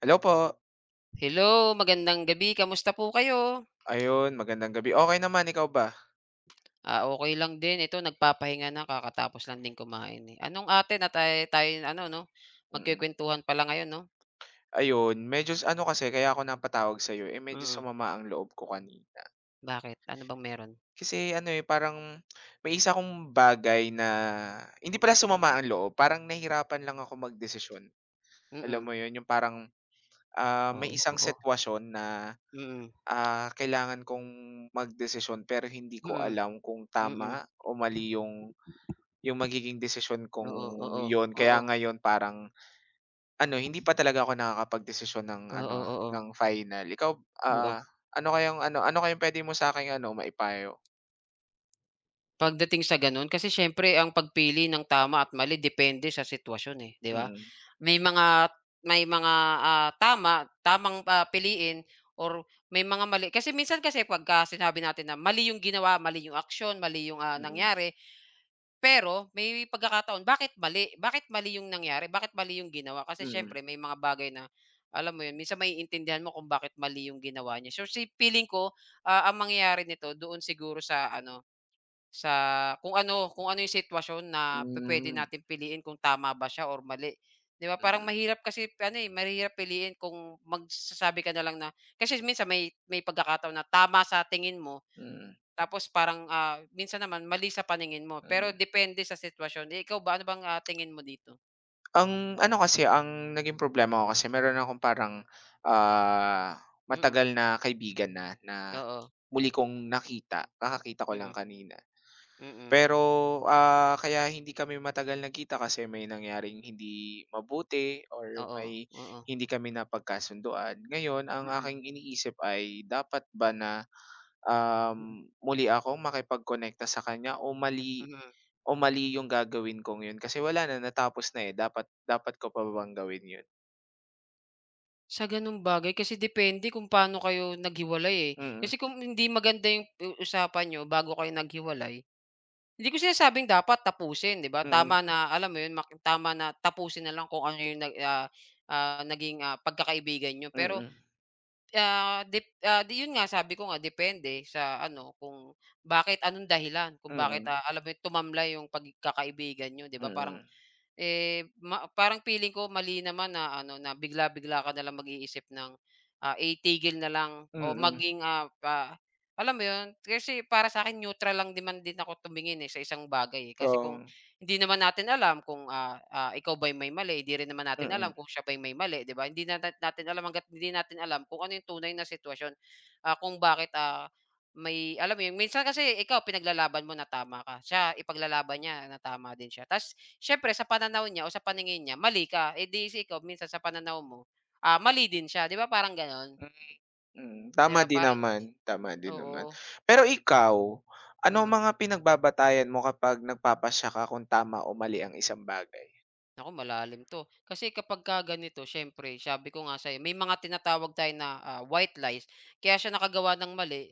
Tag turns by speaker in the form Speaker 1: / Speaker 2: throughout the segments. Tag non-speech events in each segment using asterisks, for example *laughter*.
Speaker 1: Hello po.
Speaker 2: Hello, magandang gabi. Kamusta po kayo?
Speaker 1: Ayun, magandang gabi. Okay naman, ikaw ba?
Speaker 2: Ah, okay lang din. Ito nagpapahinga na kakatapos lang din kumain, eh. Anong ate na tayo ano 'no,
Speaker 1: Mm.
Speaker 2: magkukuwentuhan pala ngayon 'no?
Speaker 1: Ayun, medyo ano kasi kaya ako napatawag sa'yo, eh, medyo
Speaker 2: Mm,
Speaker 1: sumama ang loob ko kanina.
Speaker 2: bakit ano bang meron?
Speaker 1: Kasi ano, eh, parang may isa kong bagay na hindi pala
Speaker 2: Mm,
Speaker 1: sumama ang loob, parang nahirapan lang ako magdesisyon. Alam
Speaker 2: mm.
Speaker 1: mo 'yun, yung parang, may
Speaker 2: Oo,
Speaker 1: isang
Speaker 2: oo.
Speaker 1: sitwasyon na,
Speaker 2: Mm,
Speaker 1: kailangan kong magdesisyon pero hindi ko
Speaker 2: mm,
Speaker 1: alam kung
Speaker 2: mm.
Speaker 1: tama o mali yung magiging desisyon kong
Speaker 2: Oo, oo,
Speaker 1: yon.
Speaker 2: oo,
Speaker 1: Kaya ngayon parang ano, hindi pa talaga ako nakakapagdesisyon ng
Speaker 2: oo,
Speaker 1: ano,
Speaker 2: oo,
Speaker 1: ng
Speaker 2: oo.
Speaker 1: final. Ikaw, ah,
Speaker 2: Oo.
Speaker 1: ano kayang ano ano kayang puwede mo sa'king ano, maipayo?
Speaker 2: Pagdating sa gano'n kasi siyempre ang pagpili ng tama at mali depende sa sitwasyon, eh, 'di ba?
Speaker 1: Mm,
Speaker 2: May mga may mga tamang, piliin, or may mga mali kasi minsan kasi pagka sinabi natin na mali yung ginawa, mali yung aksyon, mali yung,
Speaker 1: mm,
Speaker 2: nangyari, pero may pagkakataon. Bakit mali? Bakit mali yung nangyari? Bakit mali yung ginawa? Kasi
Speaker 1: mm,
Speaker 2: siyempre may mga bagay na alam mo 'yun, minsan maiintindihan mo kung bakit mali yung ginawa niya. So, feeling ko, ang mangyayari nito doon siguro sa ano, sa kung ano yung sitwasyon na pwede
Speaker 1: hmm,
Speaker 2: natin piliin kung tama ba siya or mali, 'di ba? Parang
Speaker 1: mm,
Speaker 2: mahirap kasi ano, eh, mahirap piliin kung magsasabi ka na lang na kasi minsan may pagkakataon na tama sa tingin mo,
Speaker 1: mm,
Speaker 2: tapos parang, minsan naman mali sa paningin mo, pero
Speaker 1: mm.
Speaker 2: depende sa sitwasyon. Eh, ikaw ba, ano bang, tingin mo dito?
Speaker 1: Ang ano kasi, ang naging problema ko kasi meron akong parang, ah, matagal
Speaker 2: Mm,
Speaker 1: na kaibigan na
Speaker 2: oo,
Speaker 1: muli kong nakita, kakakita ko lang
Speaker 2: mm,
Speaker 1: kanina.
Speaker 2: mm,
Speaker 1: Pero, kaya hindi kami matagal nagkita kasi may nangyaring hindi mabuti
Speaker 2: oo,
Speaker 1: or may
Speaker 2: oo, oo,
Speaker 1: hindi kami napagkasunduan. Ngayon ang
Speaker 2: mm,
Speaker 1: aking iniisip ay dapat ba na,
Speaker 2: mm,
Speaker 1: muli akong makipagkonekta sa kanya
Speaker 2: mm.
Speaker 1: o mali yung gagawin kong yun? Kasi wala na, natapos na, eh, dapat dapat ko pa ba bang gawin yun?
Speaker 2: Sa gano'ng bagay kasi depende kung paano kayo naghiwalay, eh.
Speaker 1: Mm,
Speaker 2: Kasi kung hindi maganda yung usapan niyo bago kayo naghiwalay, hindi ko sinasabing dapat tapusin, 'di ba?
Speaker 1: mm,
Speaker 2: Tama na, alam mo 'yun, tama na tapusin na lang kung ano yung naging, pagkakaibigan niyo. Pero,
Speaker 1: mm,
Speaker 2: 'yun nga sabi ko nga, depende sa ano, kung bakit, anong dahilan kung bakit,
Speaker 1: mm,
Speaker 2: alam mo 'yun, tumamlay yung pagkakaibigan niyo, 'di ba? Parang
Speaker 1: mm,
Speaker 2: eh, parang feeling ko mali naman na ano, na bigla-bigla ka nalang mag-iisip ng, itigil na lang o
Speaker 1: mm,
Speaker 2: maging, ah, pa alam mo yun? Kasi para sa akin neutral lang naman din ako tumingin, eh, sa isang bagay, eh. Kasi
Speaker 1: oo,
Speaker 2: kung hindi naman natin alam kung, ikaw ba'y may mali, hindi rin naman natin alam
Speaker 1: mm,
Speaker 2: kung siya ba'y may mali, 'di ba? Hindi na natin alam hangga't hindi natin alam kung ano yung tunay na sitwasyon, kung bakit, ah, may alam mo yun? Minsan kasi ikaw, pinaglalaban mo na tama ka, siya ipaglalaban niya na tama din siya. Ta's siyempre sa pananaw niya o sa paningin niya mali ka, eh, di si ikaw minsan sa pananaw mo, mali din siya, 'di ba, parang gano'n?
Speaker 1: mm. Mm,
Speaker 2: 'Di
Speaker 1: tama
Speaker 2: ba
Speaker 1: din
Speaker 2: parang
Speaker 1: naman, tama din
Speaker 2: oo,
Speaker 1: naman. Pero ikaw, ano ang
Speaker 2: mm.
Speaker 1: mga pinagbabatayan mo kapag nagpapasya ka kung tama o mali ang isang bagay?
Speaker 2: Naku, malalim 'to. Kasi kapagka ganito siyempre sabi ko nga sa'yo, may mga tinatawag tayo na, white lies. Kaya siya nakagawa ng mali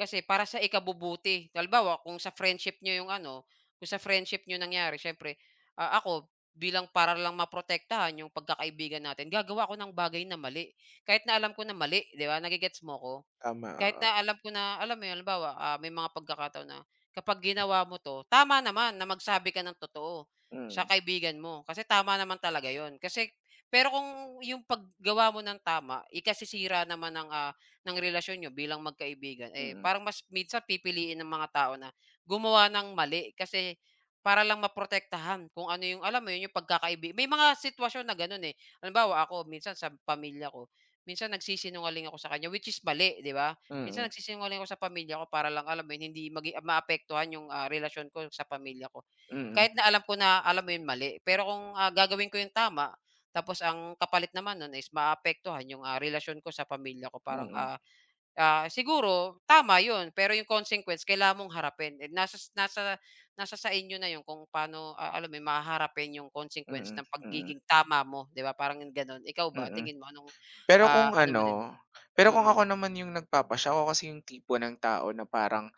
Speaker 2: kasi para sa ikabubuti. Halimbawa kung sa friendship niyo yung ano, kung sa friendship niyo nangyari, siyempre, ako bilang, para lang maprotektahan yung pagkakaibigan natin, gagawa ako ng bagay na mali, kahit na alam ko na mali, 'di ba, nage mo ko?
Speaker 1: Tama,
Speaker 2: Kahit
Speaker 1: oo.
Speaker 2: na alam ko na, alam mo yun, halimbawa, may mga pagkakataon na kapag ginawa mo 'to, tama naman na magsabi ka ng totoo
Speaker 1: Mm,
Speaker 2: sa kaibigan mo, kasi tama naman talaga yon. Kasi pero kung yung paggawa mo ng tama, ikasisira naman ng, ng relasyon niyo bilang magkaibigan, eh,
Speaker 1: mm,
Speaker 2: parang mas minsan pipiliin ng mga tao na gumawa ng mali kasi para lang maprotektahan kung ano yung alam mo yun, yung pagkakaibi, may mga sitwasyon na gano'n, eh. Halimbawa, ako, minsan sa pamilya ko, minsan nagsisinungaling ako sa kanya, which is mali, 'di ba? Minsan
Speaker 1: mm,
Speaker 2: nagsisinungaling ako sa pamilya ko para lang, alam mo yun, hindi maapektuhan yung, relasyon ko sa pamilya ko.
Speaker 1: mm,
Speaker 2: Kahit na alam ko na, alam mo yun, mali. Pero kung, gagawin ko yung tama, tapos ang kapalit naman nun is maapektuhan yung, relasyon ko sa pamilya ko,
Speaker 1: mm,
Speaker 2: parang,
Speaker 1: mm,
Speaker 2: siguro tama yun, pero yung consequence kailangan mong harapin. Eh, nasa nasa nasa sa inyo na yun kung paano, alam mo yun, haharapin yung
Speaker 1: mm,
Speaker 2: consequence
Speaker 1: mm,
Speaker 2: ng
Speaker 1: mm,
Speaker 2: pagiging tama mo, 'di ba, parang ganun. Ikaw ba,
Speaker 1: mm.
Speaker 2: tingin mo anong,
Speaker 1: Pero kung
Speaker 2: ano mo din?
Speaker 1: ano, pero kung
Speaker 2: Mm,
Speaker 1: ako naman yung nagpapasiya, ako kasi yung tipo ng tao na parang,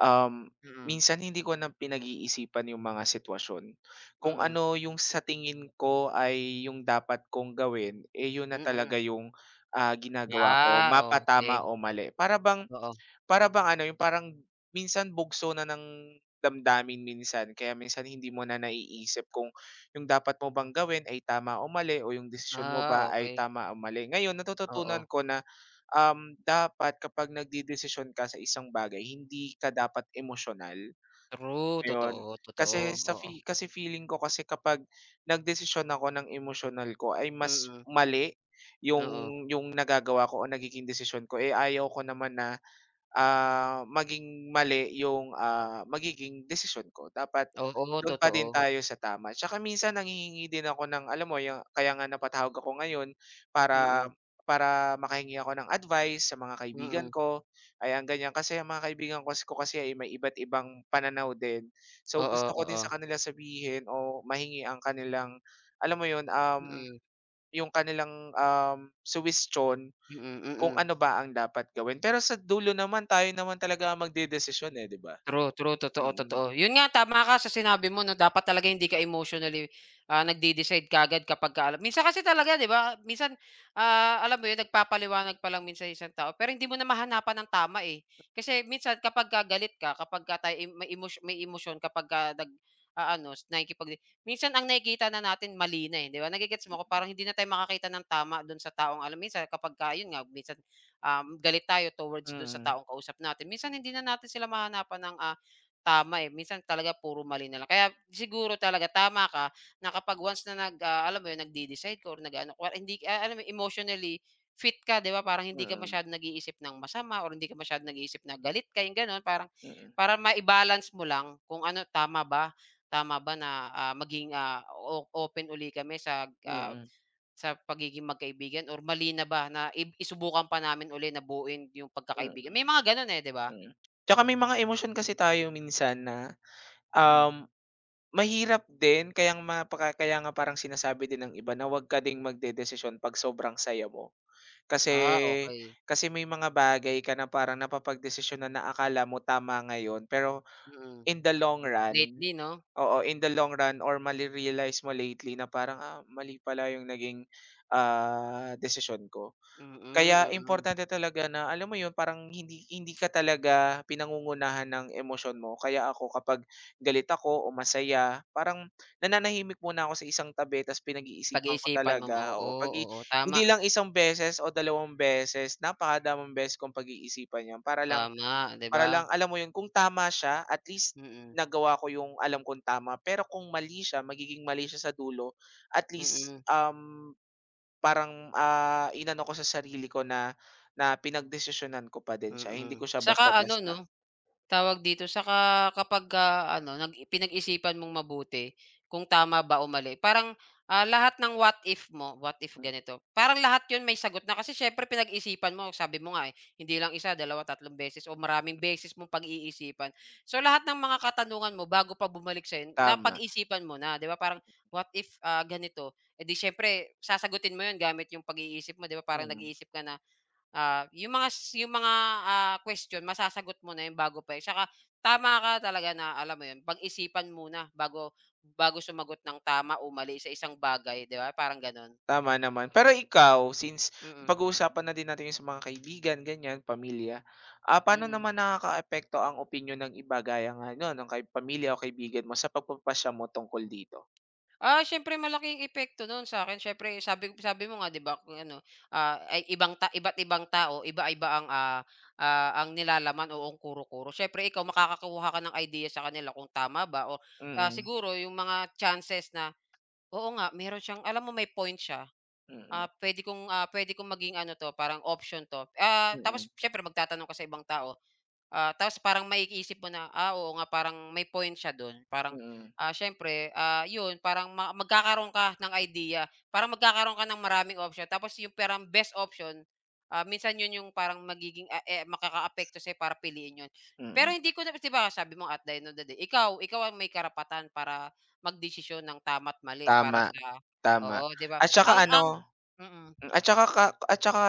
Speaker 1: um,
Speaker 2: mm,
Speaker 1: minsan hindi ko na pinag-iisipan yung mga sitwasyon. Kung
Speaker 2: mm.
Speaker 1: ano yung sa tingin ko ay yung dapat kong gawin, eh, yun na talaga
Speaker 2: Mm.
Speaker 1: yung, ginagawa ko,
Speaker 2: Ah, okey.
Speaker 1: mapatama o mali. Para bang
Speaker 2: Oo.
Speaker 1: para bang ano, yung parang minsan bugso na ng damdamin minsan kaya minsan hindi mo na naiisip kung yung dapat mo bang gawin ay tama o mali o yung desisyon mo ba
Speaker 2: Ah,
Speaker 1: ay
Speaker 2: okey.
Speaker 1: tama o mali. Ngayon
Speaker 2: Oo.
Speaker 1: natututunan ko na, dapat kapag nagdedesisyon ka sa isang bagay hindi ka dapat emosyonal,
Speaker 2: True,
Speaker 1: ayun.
Speaker 2: totoo, totoo.
Speaker 1: Kasi sa
Speaker 2: Oo.
Speaker 1: kasi feeling ko kasi kapag nagdesisyon ako ng emotional ko ay mas
Speaker 2: Mm.
Speaker 1: mali yung
Speaker 2: Oo.
Speaker 1: yung nagagawa ko o nagiging desisyon ko, eh, ayaw ko naman na maging mali yung, magiging desisyon ko. Dapat
Speaker 2: Oo,
Speaker 1: do'n pa din
Speaker 2: totoo.
Speaker 1: tayo sa tama. Tsaka minsan nanghihingi din ako ng alam mo yung kaya nga napatawag ako ngayon para
Speaker 2: Mm.
Speaker 1: para makahingi ako ng advice sa mga kaibigan
Speaker 2: Mm.
Speaker 1: ko, ayan, ganyan. Kasi ang mga kaibigan kas ko kasi ay may iba't ibang pananaw din. So,
Speaker 2: Oo,
Speaker 1: gusto ko din
Speaker 2: oo.
Speaker 1: sa kanila sabihin o mahingi ang kanilang alam mo yun,
Speaker 2: Mm.
Speaker 1: yung kanilang, suwestiyon
Speaker 2: Mm,
Speaker 1: kung
Speaker 2: mm.
Speaker 1: ano ba ang dapat gawin, pero sa dulo naman tayo naman talaga ang magdedesisyon, eh, 'di ba?
Speaker 2: True, true. Totoo,
Speaker 1: Mm,
Speaker 2: totoo. Yun nga, tama ka sa sinabi mo 'no, dapat talaga hindi ka emotionally, nagde-decide kagad kapag ka alam minsan kasi talaga, 'di ba, minsan, alam mo yun, nagpapaliwanag pa lang minsan isang tao pero hindi mo na mahanapan ng tama, eh. Kasi minsan kapagka galit ka, kapagka tayo may emotion, may emosyon, kapagka nag-aano, nakikipag minsan ang nakikita na natin mali na, eh, 'di ba? Nagigets mo ako? Parang hindi na tayo makakita ng tama dun sa taong alam minsan kapagka yun nga, minsan galit tayo towards do'n sa
Speaker 1: mm,
Speaker 2: taong kausap natin. Minsan hindi na natin sila mahanapan ng, tama, eh, minsan talaga puro mali na lang. Kaya siguro talaga tama ka na kapag once na alam mo 'yun, nagde-decide ka or nag ano ka, hindi alam mo, emotionally fit ka, 'di ba? Parang hindi ka
Speaker 1: mm,
Speaker 2: masyadong nag-iisip ng masama or hindi ka masyadong nag-iisip na galit ka, yung gano'n. Parang
Speaker 1: mm,
Speaker 2: para ma balance mo lang kung ano, tama ba, tama ba na, maging, ah, o open uli kami sa,
Speaker 1: mm,
Speaker 2: sa pagiging magkaibigan, or mali na ba na isubukan pa namin uli na buuin yung pagkakaibigan?
Speaker 1: mm,
Speaker 2: May mga gano'n, eh, 'di ba?
Speaker 1: mm. Tsaka may mga emosyon kasi tayo minsan na,
Speaker 2: Mm.
Speaker 1: um, mahirap din kaya kaya nga parang sinasabi din ng iba na huwag ka ding magdedesisyon 'pag sobrang saya mo. Kasi
Speaker 2: Ah, okey.
Speaker 1: kasi may mga bagay ka na parang napapagdesisyonan na akala mo tama ngayon pero
Speaker 2: Mm.
Speaker 1: in the long run,
Speaker 2: Lately 'no?
Speaker 1: oo, in the long run or mare-realize mo lately na parang, mali pala yung naging, desisyon ko.
Speaker 2: Mm,
Speaker 1: Kaya
Speaker 2: mm.
Speaker 1: importante talaga na alam mo yun parang hindi hindi ka talaga pinangungunahan ng emosyon mo. Kaya ako kapag galit ako o masaya, parang nananahimik muna ako sa isang tabi ta's pinag-iisipan ko
Speaker 2: Pag-iisipan mo,
Speaker 1: talaga, o
Speaker 2: oo,
Speaker 1: 'pag
Speaker 2: oo. Tama,
Speaker 1: hindi lang isang beses o dalawang beses, napakadaming beses kong pag-iisipan yan
Speaker 2: tama, 'di
Speaker 1: para
Speaker 2: ba?
Speaker 1: lang alam mo yun, kung tama siya, at least
Speaker 2: Mm,
Speaker 1: nagawa ko yung alam kong tama, pero kung mali siya, magiging mali siya sa dulo, at
Speaker 2: mm,
Speaker 1: least,
Speaker 2: mm.
Speaker 1: parang, inano ko sa sarili ko na na pinagdesisyonan ko pa din siya, hindi
Speaker 2: Mm.
Speaker 1: ko siya
Speaker 2: Saka ano 'no,
Speaker 1: basta-basta.
Speaker 2: tawag dito, saka kapagka ano, pinag-isipan mong mabuti kung tama ba o mali. Parang, lahat ng what if mo, what if
Speaker 1: Hmm,
Speaker 2: ganito, parang lahat 'yun may sagot na. Kasi siyempre pinag-isipan mo, sabi mo nga, eh, hindi lang isa, dalawa, tatlong beses o maraming beses mong pag-iisipan. So, lahat ng mga katanungan mo bago pa bumalik sa'yo,
Speaker 1: tama,
Speaker 2: napag-isipan mo na, 'di ba? Parang what if, ganito, eh, di siyempre sasagutin mo 'yun gamit yung pag-iisip mo, 'di ba? Parang
Speaker 1: mm.
Speaker 2: nag-iisip ka na, yung mga s yung mga, question masasagot mo na yun bago pa, eh, tsaka tama ka talaga, na alam mo yun, pag-isipan muna bago bago sumagot ng tama o mali sa isang bagay, 'di ba, parang gano'n?
Speaker 1: Tama naman. Pero ikaw, since
Speaker 2: Mm,
Speaker 1: pag uusapan na din natin yung sa mga kaibigan, ganyan, pamilya, paano
Speaker 2: mm.
Speaker 1: naman nakakaapekto ang opinyon ng iba gaya nga nun, ng kay pamilya o kaibigan mo sa pagpapasya mo tungkol dito?
Speaker 2: Ah, siyempre malaking epekto nun akin. Siyempre sabi sabi mo nga 'di ba, kung ano, ah, ay ibang ta iba't ibang tao, iba-iba ang, ang nilalaman o ang kuro-kuro. Siyempre ikaw, makakakuha ka ng ideya sa kanila kung tama ba o,
Speaker 1: Mm,
Speaker 2: siguro yung mga chances na. Oo nga, meron siyang, alam mo, may point siya.
Speaker 1: mm.
Speaker 2: Ah, puwede kong maging ano 'to, parang option 'to. Ah,
Speaker 1: Mm,
Speaker 2: tapos siyempre magtatanong ka sa ibang tao. Ah, tapos parang maiisip mo na, oo nga, parang may point siya dun. Parang,
Speaker 1: mm,
Speaker 2: siyempre, yun parang magkakaroon ka ng idea, parang magkakaroon ka ng maraming option, tapos yung parang best option, minsan yun yung parang magiging, eh, makakaapekto sa'yo para piliin yun. Pero
Speaker 1: mm.
Speaker 2: hindi ko na, 'di ba sabi mo, at the end of the day, ikaw ikaw ang may karapatan para magdesisyon ng tama at mali para
Speaker 1: Tama,
Speaker 2: sa,
Speaker 1: tama.
Speaker 2: oo, 'di ba?
Speaker 1: At saka
Speaker 2: Ang
Speaker 1: ano,
Speaker 2: mm,
Speaker 1: at saka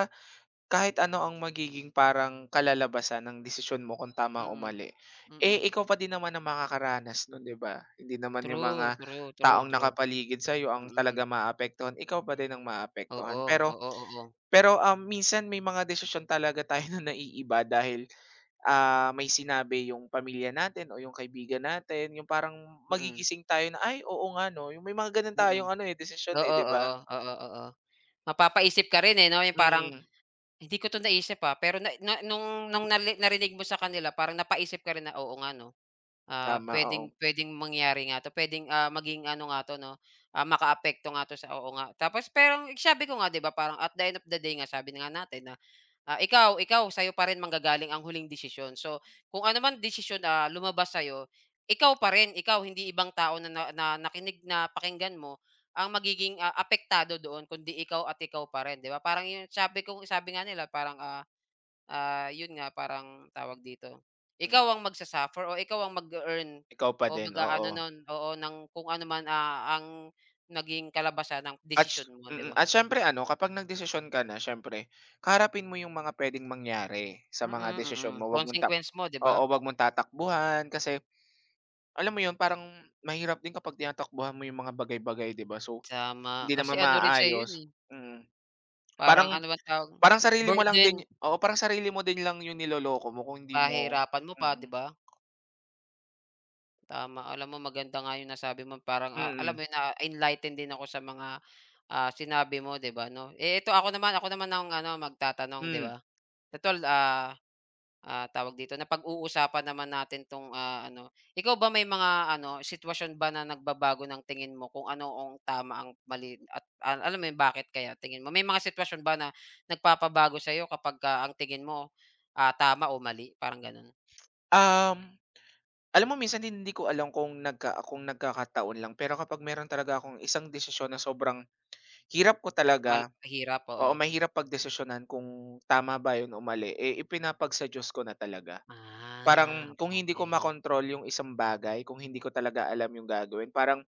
Speaker 1: kahit ano ang magiging parang kalalabasan ng desisyon mo kung tama
Speaker 2: mm,
Speaker 1: o
Speaker 2: mm.
Speaker 1: mali,
Speaker 2: Mm,
Speaker 1: eh,
Speaker 2: mm.
Speaker 1: ikaw pa din naman ang makakaranas nun, 'di ba? Hindi naman yung
Speaker 2: True,
Speaker 1: mga
Speaker 2: true, true,
Speaker 1: taong
Speaker 2: true.
Speaker 1: nakapaligid sa'yo ang
Speaker 2: Mm.
Speaker 1: talaga
Speaker 2: Mm.
Speaker 1: maaapektuhan, ikaw pa din ang
Speaker 2: Oo,
Speaker 1: maaapektuhan. Pero
Speaker 2: oo, oo. Oo.
Speaker 1: pero, minsan may mga desisyon talaga tayo *laughs* na naiiba dahil may sinabi yung pamilya natin o yung kaibigan natin, yung parang
Speaker 2: Mm,
Speaker 1: magigising tayo na, "Ay, oo nga 'no." Yung may mga gano'n
Speaker 2: mm.
Speaker 1: tayong ano, eh, desisyon, eh,
Speaker 2: Oo,
Speaker 1: 'di ba?
Speaker 2: oo, oo, oo. Mapapaisip ka rin, eh, 'no, yung parang,
Speaker 1: Mm,
Speaker 2: "Hindi ko 'to naisip, ah," pero na na nung nali narinig mo sa kanila parang napaisip ka rin na, "Oo nga 'no,
Speaker 1: tama,
Speaker 2: puwedeng
Speaker 1: oo.
Speaker 2: puwedeng mangyari nga 'to, puwedeng, maging ano nga 'to 'no, makaapekto nga 'to sa," oo nga. Tapos pero sabi ko nga, 'di ba, parang at the end of the day nga, sabi na nga natin na. Ah, ikaw ikaw sa'yo pa rin manggagaling ang huling desisyon. So, kung ano man desisyon na lumabas sa'yo, ikaw pa rin, ikaw, hindi ibang tao na na na nakinig na pakinggan mo, ang magiging, apektado doon, kundi ikaw, at ikaw pa rin, 'di ba? Parang yun, sabi ko, sabi nga nila parang, yun nga, parang tawag dito,
Speaker 1: Hmm,
Speaker 2: ikaw ang magsa-suffer o ikaw ang mag earn
Speaker 1: ikaw pa
Speaker 2: o
Speaker 1: din, oo.
Speaker 2: mag-aano nun, oo, ng kung ano man, ang naging kalabasan ng
Speaker 1: At s-
Speaker 2: desisyon mo, 'di
Speaker 1: mm,
Speaker 2: ba?
Speaker 1: at siyempre ano, kapag nagdesisyon ka na siyempre kaharapin mo yung mga puwedeng mangyari sa
Speaker 2: Mm,
Speaker 1: mga
Speaker 2: mm,
Speaker 1: desisyon mo. Wag mong tak
Speaker 2: consequence mo, 'di ba?
Speaker 1: Oo, wag mong tatakbuhan kasi alam mo yun, parang mahirap din kapag tinatakbuhan mo yung mga bagay-bagay, 'di ba? So,
Speaker 2: Tama,
Speaker 1: hindi
Speaker 2: kasi
Speaker 1: naman
Speaker 2: ano rin sa'yo yun,
Speaker 1: maayos,
Speaker 2: eh,
Speaker 1: mm.
Speaker 2: parang
Speaker 1: Parang
Speaker 2: ano bang tawag,
Speaker 1: Parang sarili mo lang
Speaker 2: burden,
Speaker 1: din, oo, parang sarili mo din lang 'yung niloloko mo kung hindi mo.
Speaker 2: pahirapan mo pa, 'di
Speaker 1: Mm,
Speaker 2: ba? Tama, alam mo maganda nga yung nasabi mo, parang, alam
Speaker 1: mm,
Speaker 2: mo yun, na-enlighten din ako sa mga, sinabi mo, 'di ba, 'no? Eh, ito, ako naman ang ano, magtatanong, 'di
Speaker 1: hmm.
Speaker 2: ba? Total, tawag dito, na pag uusapan naman natin 'tong, ano, ikaw ba may mga ano, sitwasyon ba na nagbabago ng tingin mo kung ano ang tama, ang mali, at alam mo 'yun, bakit kaya tingin mo? May mga sitwasyon ba na nagpapabago sa'yo kapagka ang tingin mo, tama o mali, parang gano'n?
Speaker 1: Um, alam mo minsan din hindi ko alam kung kung nagkakataon lang, pero kapag meron talaga akong isang desisyon na sobrang hirap ko talaga,
Speaker 2: Mahirap, oo.
Speaker 1: oo, mahirap pagdesisyonan kung tama ba 'yun o mali, eh, ipinapag sa Diyos ko na talaga.
Speaker 2: Ah,
Speaker 1: Parang kung hindi ko
Speaker 2: okay.
Speaker 1: makontrol 'yung isang bagay, kung hindi ko talaga alam 'yung gagawin, parang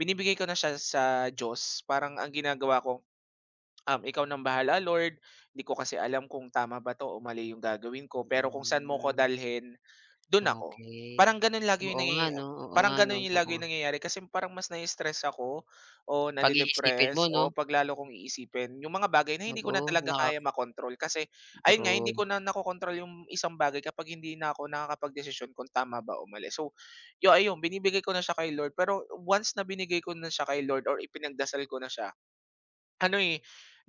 Speaker 1: binibigay ko na siya sa Diyos. Parang ang ginagawa ko, "Ikaw ng bahala Lord, hindi ko kasi alam kung tama ba 'to o mali yung gagawin ko, pero kung saan mo ko
Speaker 2: Mm,
Speaker 1: dalhin, dun ako."
Speaker 2: okey.
Speaker 1: Parang ganun lagi yung
Speaker 2: Oo nga 'no, oo
Speaker 1: parang
Speaker 2: nga 'no,
Speaker 1: ganun yung lagi
Speaker 2: oo.
Speaker 1: yung nangyayari kasi parang mas na-stress ako o
Speaker 2: Pag-iisipin mo 'no?
Speaker 1: o 'pag lalo kong iisipin yung mga bagay na hindi ko na
Speaker 2: Oo,
Speaker 1: talaga kaya makontrol kasi ayun nga, hindi
Speaker 2: true.
Speaker 1: ko na nakokontrol yung isang bagay kapag hindi na ako nakakapagdesisyon kung tama ba o mali. So, ayun, binibigay ko na siya kay Lord, pero once na binigay ko na siya kay Lord or ipinagdasal ko na siya, ano, eh,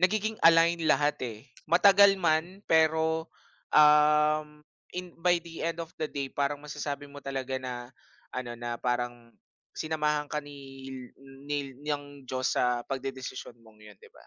Speaker 1: nagiging align lahat, eh. Matagal man pero, um, by the end of the day parang masasabi mo talaga na ano, na parang sinamahan ka ni ng Diyos sa pagdedesisyon mong 'yun, 'di ba?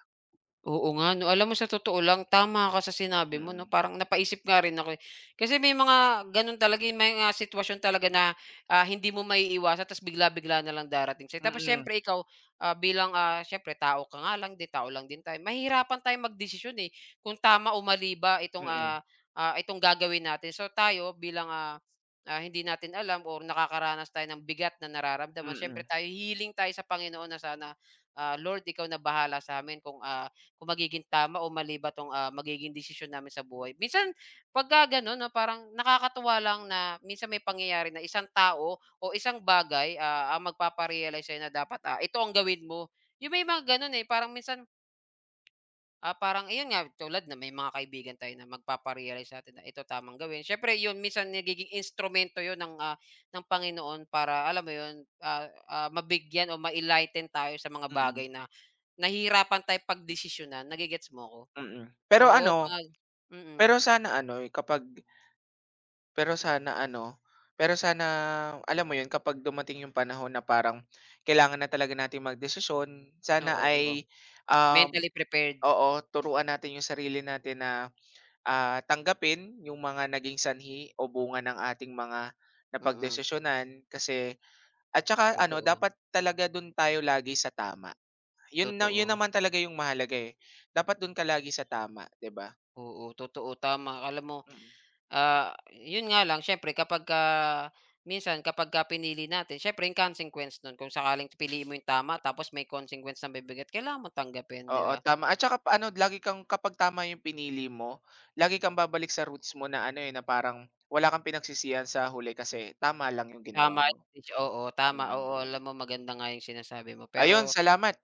Speaker 2: Oo nga 'no. Alam mo sa totoo lang, tama ka sa sinabi mo 'no,
Speaker 1: Mm.
Speaker 2: parang napaisip nga rin ako, eh. Kasi may mga gano'n talaga, eh, may mga sitwasyon talaga na, hindi mo maiiwasan, ta's bigla-bigla na lang darating sa'yo. Tapos
Speaker 1: Mm,
Speaker 2: siyempre ikaw, bilang, siyempre tao ka nga lang din, tao lang din tayo, mahihirapan tayong magdesisyon, eh, kung tama o mali ba itong,
Speaker 1: mm,
Speaker 2: itong gagawin natin. So, tayo bilang, hindi natin alam or nakakaranas tayo ng bigat na
Speaker 1: mm,
Speaker 2: nararamdaman, siyempre
Speaker 1: mm,
Speaker 2: tayo healing tayo sa Panginoon na sana, "Lord, ikaw na bahala sa'min kung, ah," kung magiging tama o mali ba 'tong, magiging desisyon namin sa buhay. Minsan pagka gano'n 'no, parang nakakatuwa lang na minsan may pangyayari na isang tao o isang bagay, ang magpapa-realize sa'yo na dapat, ito ang gawin mo. Yung may mga gano'n, eh, parang minsan. Ah, parang ayun nga, tulad na may mga kaibigan tayo na magpapa-realize sa'tin na ito tamang gawin. Syempre yun minsan nagiging instrumento yun ng, ng Panginoon para, alam mo yun, mabigyan o ma-enlighten tayo sa mga
Speaker 1: mm,
Speaker 2: bagay na nahihirapan tayong pagdesisyonan, nage-gets mo ko.
Speaker 1: mm.
Speaker 2: Oo, mm,
Speaker 1: Pero sana ano, eh, kapag Pero sana ano, pero sana alam mo 'yun, kapag dumating yung panahon na parang kailangan na talaga nating magdesisyon, sana
Speaker 2: oo, oo.
Speaker 1: ay, um
Speaker 2: Mentally prepared,
Speaker 1: oo, turuan natin yung sarili natin na, tanggapin yung mga naging sanhi o bunga ng ating mga
Speaker 2: mm,
Speaker 1: napagdesisyonan kasi at saka ano
Speaker 2: totoo,
Speaker 1: dapat talaga dun tayo lagi sa tama. Yun na yun
Speaker 2: totoo.
Speaker 1: naman talaga yung mahalaga, eh, dapat dun ka lagi sa tama, 'di ba?
Speaker 2: Oo, totoo, tama. Alam mo.
Speaker 1: Mm.
Speaker 2: Ah, yun nga lang, siyempre minsan kapagka pinili natin, siyempre yung consequence nun, kung sakaling piliin mo yung tama, tapos may consequence na bibigat, kailangan mo tanggapin, 'di
Speaker 1: Oo,
Speaker 2: ba?
Speaker 1: tama, at saka ano lagi kang kapag tama yung pinili mo, lagi kang babalik sa roots mo na ano, eh, na parang wala kang pinagsisihan sa huli kasi tama lang yung ginawa
Speaker 2: Tama,
Speaker 1: mo.
Speaker 2: Rich, oo, tama,
Speaker 1: Mm.
Speaker 2: oo, alam mo maganda nga yung sinasabi mo, pero
Speaker 1: Ayun, salamat.